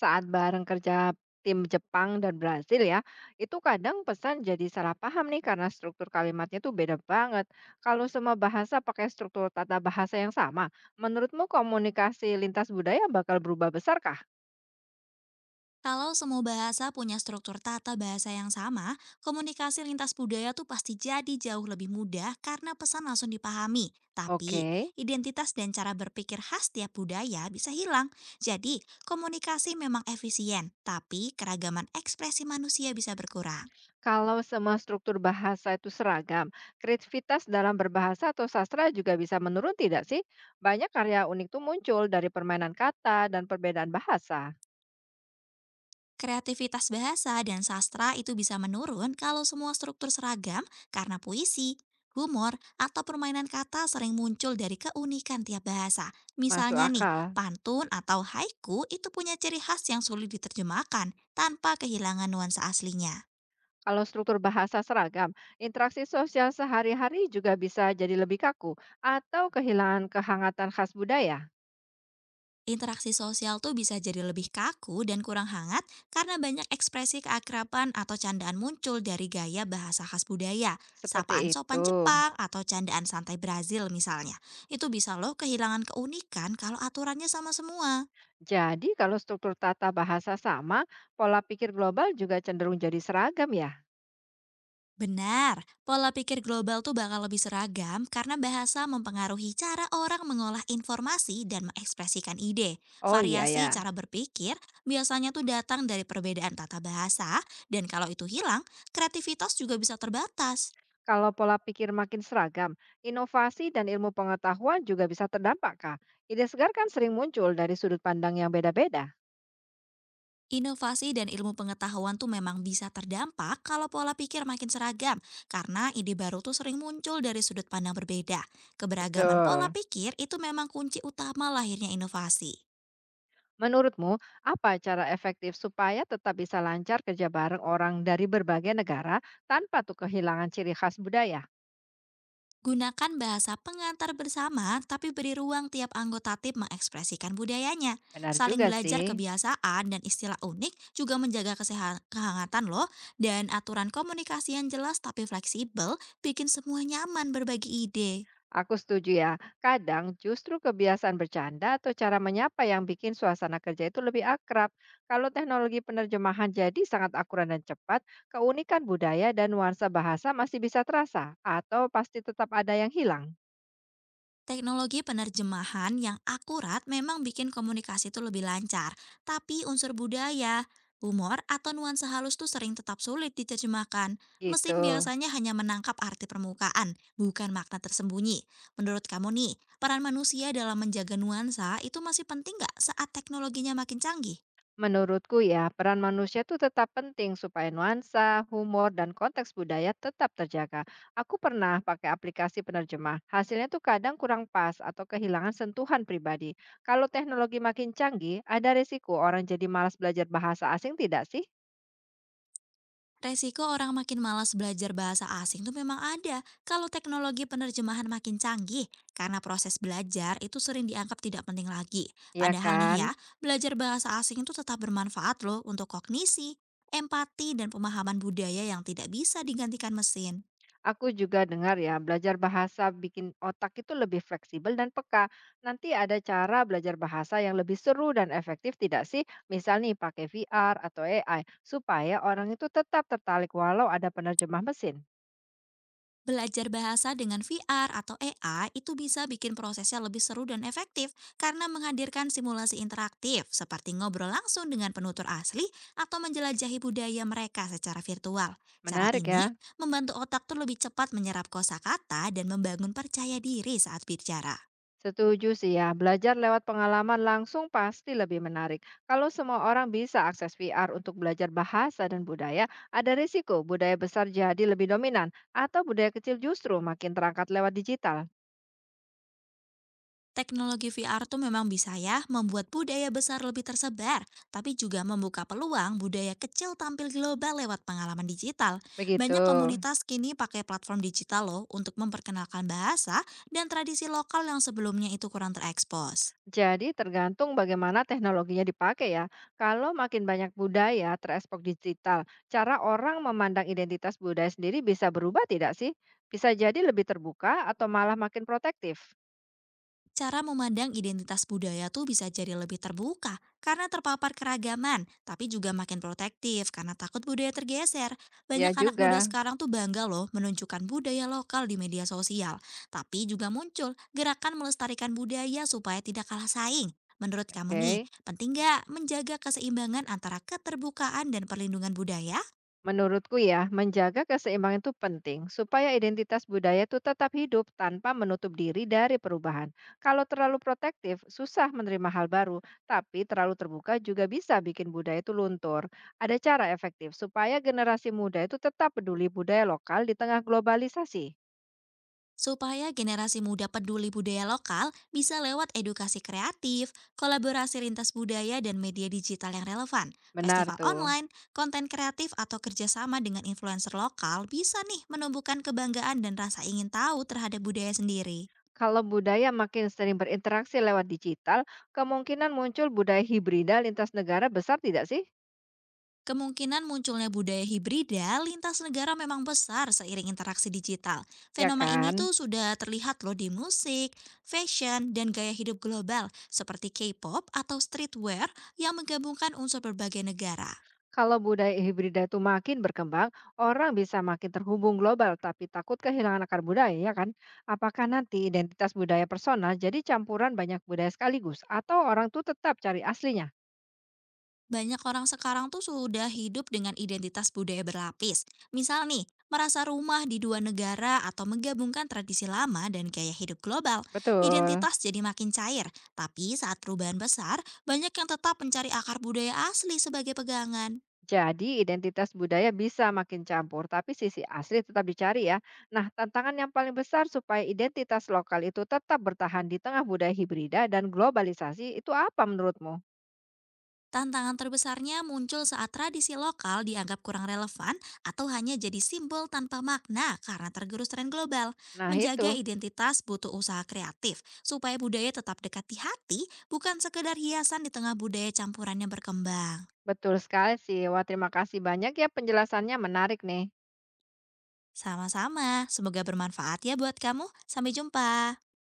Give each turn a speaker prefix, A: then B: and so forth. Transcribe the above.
A: Saat bareng kerja tim Jepang dan Brasil ya, itu kadang pesan jadi salah paham nih karena struktur kalimatnya tuh beda banget. Kalau semua bahasa pakai struktur tata bahasa yang sama, menurutmu komunikasi lintas budaya bakal berubah besar kah?
B: Kalau semua bahasa punya struktur tata bahasa yang sama, komunikasi lintas budaya tuh pasti jadi jauh lebih mudah karena pesan langsung dipahami. Tapi,
A: Oke.
B: identitas dan cara berpikir khas tiap budaya bisa hilang. Jadi, komunikasi memang efisien, tapi keragaman ekspresi manusia bisa berkurang.
A: Kalau semua struktur bahasa itu seragam, kreativitas dalam berbahasa atau sastra juga bisa menurun tidak sih? Banyak karya unik tuh muncul dari permainan kata dan perbedaan bahasa.
B: Kreativitas bahasa dan sastra itu bisa menurun kalau semua struktur seragam karena puisi, humor, atau permainan kata sering muncul dari keunikan tiap bahasa.
A: Masuk
B: Misalnya nih,
A: akal.
B: pantun atau haiku itu punya ciri khas yang sulit diterjemahkan tanpa kehilangan nuansa aslinya.
A: Kalau struktur bahasa seragam, interaksi sosial sehari-hari juga bisa jadi lebih kaku atau kehilangan kehangatan khas budaya.
B: Interaksi sosial tuh bisa jadi lebih kaku dan kurang hangat karena banyak ekspresi keakraban atau candaan muncul dari gaya bahasa khas budaya,
A: Seperti
B: sapaan
A: itu.
B: sopan Jepang atau candaan santai Brazil misalnya. Itu bisa loh kehilangan keunikan kalau aturannya sama semua.
A: Jadi kalau struktur tata bahasa sama, pola pikir global juga cenderung jadi seragam ya.
B: Benar, pola pikir global tuh bakal lebih seragam karena bahasa mempengaruhi cara orang mengolah informasi dan mengekspresikan ide.
A: Oh iya
B: Variasi
A: ya.
B: cara berpikir biasanya tuh datang dari perbedaan tata bahasa, dan kalau itu hilang, kreativitas juga bisa terbatas.
A: Kalau pola pikir makin seragam, inovasi dan ilmu pengetahuan juga bisa terdampak, Kak. Ide segar kan sering muncul dari sudut pandang yang beda-beda.
B: Inovasi dan ilmu pengetahuan tuh memang bisa terdampak kalau pola pikir makin seragam, karena ide baru tuh sering muncul dari sudut pandang berbeda. Keberagaman pola
A: Betul.
B: pikir itu memang kunci utama lahirnya inovasi.
A: Menurutmu, apa cara efektif supaya tetap bisa lancar kerja bareng orang dari berbagai negara tanpa tuh kehilangan ciri khas budaya?
B: Gunakan bahasa pengantar bersama, tapi beri ruang tiap anggota tim mengekspresikan budayanya.
A: Benar
B: Saling
A: juga
B: belajar
A: sih.
B: kebiasaan dan istilah unik juga menjaga kehangatan loh. Dan aturan komunikasi yang jelas tapi fleksibel bikin semua nyaman berbagi ide.
A: Aku setuju ya, kadang justru kebiasaan bercanda atau cara menyapa yang bikin suasana kerja itu lebih akrab. Kalau teknologi penerjemahan jadi sangat akurat dan cepat, keunikan budaya dan nuansa bahasa masih bisa terasa atau pasti tetap ada yang hilang.
B: Teknologi penerjemahan yang akurat memang bikin komunikasi itu lebih lancar, tapi unsur budaya, humor, atau nuansa halus tuh sering tetap sulit diterjemahkan.
A: Gitu.
B: Mesin biasanya hanya menangkap arti permukaan, bukan makna tersembunyi. Menurut kamu nih, peran manusia dalam menjaga nuansa itu masih penting nggak saat teknologinya makin canggih?
A: Menurutku ya, peran manusia itu tetap penting supaya nuansa, humor, dan konteks budaya tetap terjaga. Aku pernah pakai aplikasi penerjemah. Hasilnya tuh kadang kurang pas atau kehilangan sentuhan pribadi. Kalau teknologi makin canggih, ada risiko orang jadi malas belajar bahasa asing tidak sih?
B: Resiko orang makin malas belajar bahasa asing tuh memang ada kalau teknologi penerjemahan makin canggih, karena proses belajar itu sering dianggap tidak penting lagi.
A: Ya
B: Padahal nih ya,
A: kan?
B: belajar bahasa asing itu tetap bermanfaat loh untuk kognisi, empati, dan pemahaman budaya yang tidak bisa digantikan mesin.
A: Aku juga dengar ya, belajar bahasa bikin otak itu lebih fleksibel dan peka. Nanti ada cara belajar bahasa yang lebih seru dan efektif tidak sih? Misal nih pakai VR atau AI, supaya orang itu tetap tertarik walau ada penerjemah mesin.
B: Belajar bahasa dengan VR atau AI itu bisa bikin prosesnya lebih seru dan efektif karena menghadirkan simulasi interaktif seperti ngobrol langsung dengan penutur asli atau menjelajahi budaya mereka secara virtual. Cara
A: Menarik
B: ini
A: ya?
B: membantu otak tuh lebih cepat menyerap kosakata dan membangun percaya diri saat bicara.
A: Setuju sih ya, belajar lewat pengalaman langsung pasti lebih menarik. Kalau semua orang bisa akses VR untuk belajar bahasa dan budaya, ada risiko budaya besar jadi lebih dominan atau budaya kecil justru makin terangkat lewat digital.
B: Teknologi VR tuh memang bisa ya membuat budaya besar lebih tersebar, tapi juga membuka peluang budaya kecil tampil global lewat pengalaman digital.
A: Begitu.
B: Banyak komunitas kini pakai platform digital loh untuk memperkenalkan bahasa dan tradisi lokal yang sebelumnya itu kurang terekspos.
A: Jadi tergantung bagaimana teknologinya dipakai ya. Kalau makin banyak budaya terekspos digital, cara orang memandang identitas budaya sendiri bisa berubah tidak sih? Bisa jadi lebih terbuka atau malah makin protektif?
B: Cara memandang identitas budaya tuh bisa jadi lebih terbuka karena terpapar keragaman, tapi juga makin protektif karena takut budaya tergeser.
A: Ya
B: Banyak anak muda
A: juga.
B: sekarang tuh bangga loh menunjukkan budaya lokal di media sosial, tapi juga muncul gerakan melestarikan budaya supaya tidak kalah saing. Menurut kamu nih,
A: Oke.
B: penting nggak menjaga keseimbangan antara keterbukaan dan perlindungan budaya?
A: Menurutku ya, menjaga keseimbangan itu penting supaya identitas budaya itu tetap hidup tanpa menutup diri dari perubahan. Kalau terlalu protektif, susah menerima hal baru, tapi terlalu terbuka juga bisa bikin budaya itu luntur. Ada cara efektif supaya generasi muda itu tetap peduli budaya lokal di tengah globalisasi.
B: Supaya generasi muda peduli budaya lokal bisa lewat edukasi kreatif, kolaborasi lintas budaya dan media digital yang relevan.
A: Benar
B: Festival
A: tuh.
B: online, konten kreatif atau kerjasama dengan influencer lokal bisa nih menumbuhkan kebanggaan dan rasa ingin tahu terhadap budaya sendiri.
A: Kalau budaya makin sering berinteraksi lewat digital, kemungkinan muncul budaya hibrida lintas negara besar tidak sih?
B: Kemungkinan munculnya budaya hibrida lintas negara memang besar seiring interaksi digital.
A: Ya
B: Fenomena ini
A: kan?
B: tuh sudah terlihat loh di musik, fashion, dan gaya hidup global seperti K-pop atau streetwear yang menggabungkan unsur berbagai negara.
A: Kalau budaya hibrida itu makin berkembang, orang bisa makin terhubung global tapi takut kehilangan akar budaya, ya kan? Apakah nanti identitas budaya personal jadi campuran banyak budaya sekaligus atau orang tuh tetap cari aslinya?
B: Banyak orang sekarang tuh sudah hidup dengan identitas budaya berlapis. Misal nih, merasa rumah di 2 negara atau menggabungkan tradisi lama dan gaya hidup global.
A: Betul.
B: Identitas jadi makin cair, tapi saat perubahan besar, banyak yang tetap mencari akar budaya asli sebagai pegangan.
A: Jadi identitas budaya bisa makin campur tapi sisi asli tetap dicari ya. Nah, tantangan yang paling besar supaya identitas lokal itu tetap bertahan di tengah budaya hibrida dan globalisasi itu apa menurutmu?
B: Tantangan terbesarnya muncul saat tradisi lokal dianggap kurang relevan atau hanya jadi simbol tanpa makna karena tergerus tren global.
A: Nah,
B: Menjaga
A: itu.
B: identitas butuh usaha kreatif supaya budaya tetap dekat di hati, bukan sekedar hiasan di tengah budaya campurannya berkembang.
A: Betul sekali sih. Wah, terima kasih banyak ya penjelasannya menarik nih.
B: Sama-sama, semoga bermanfaat ya buat kamu. Sampai jumpa.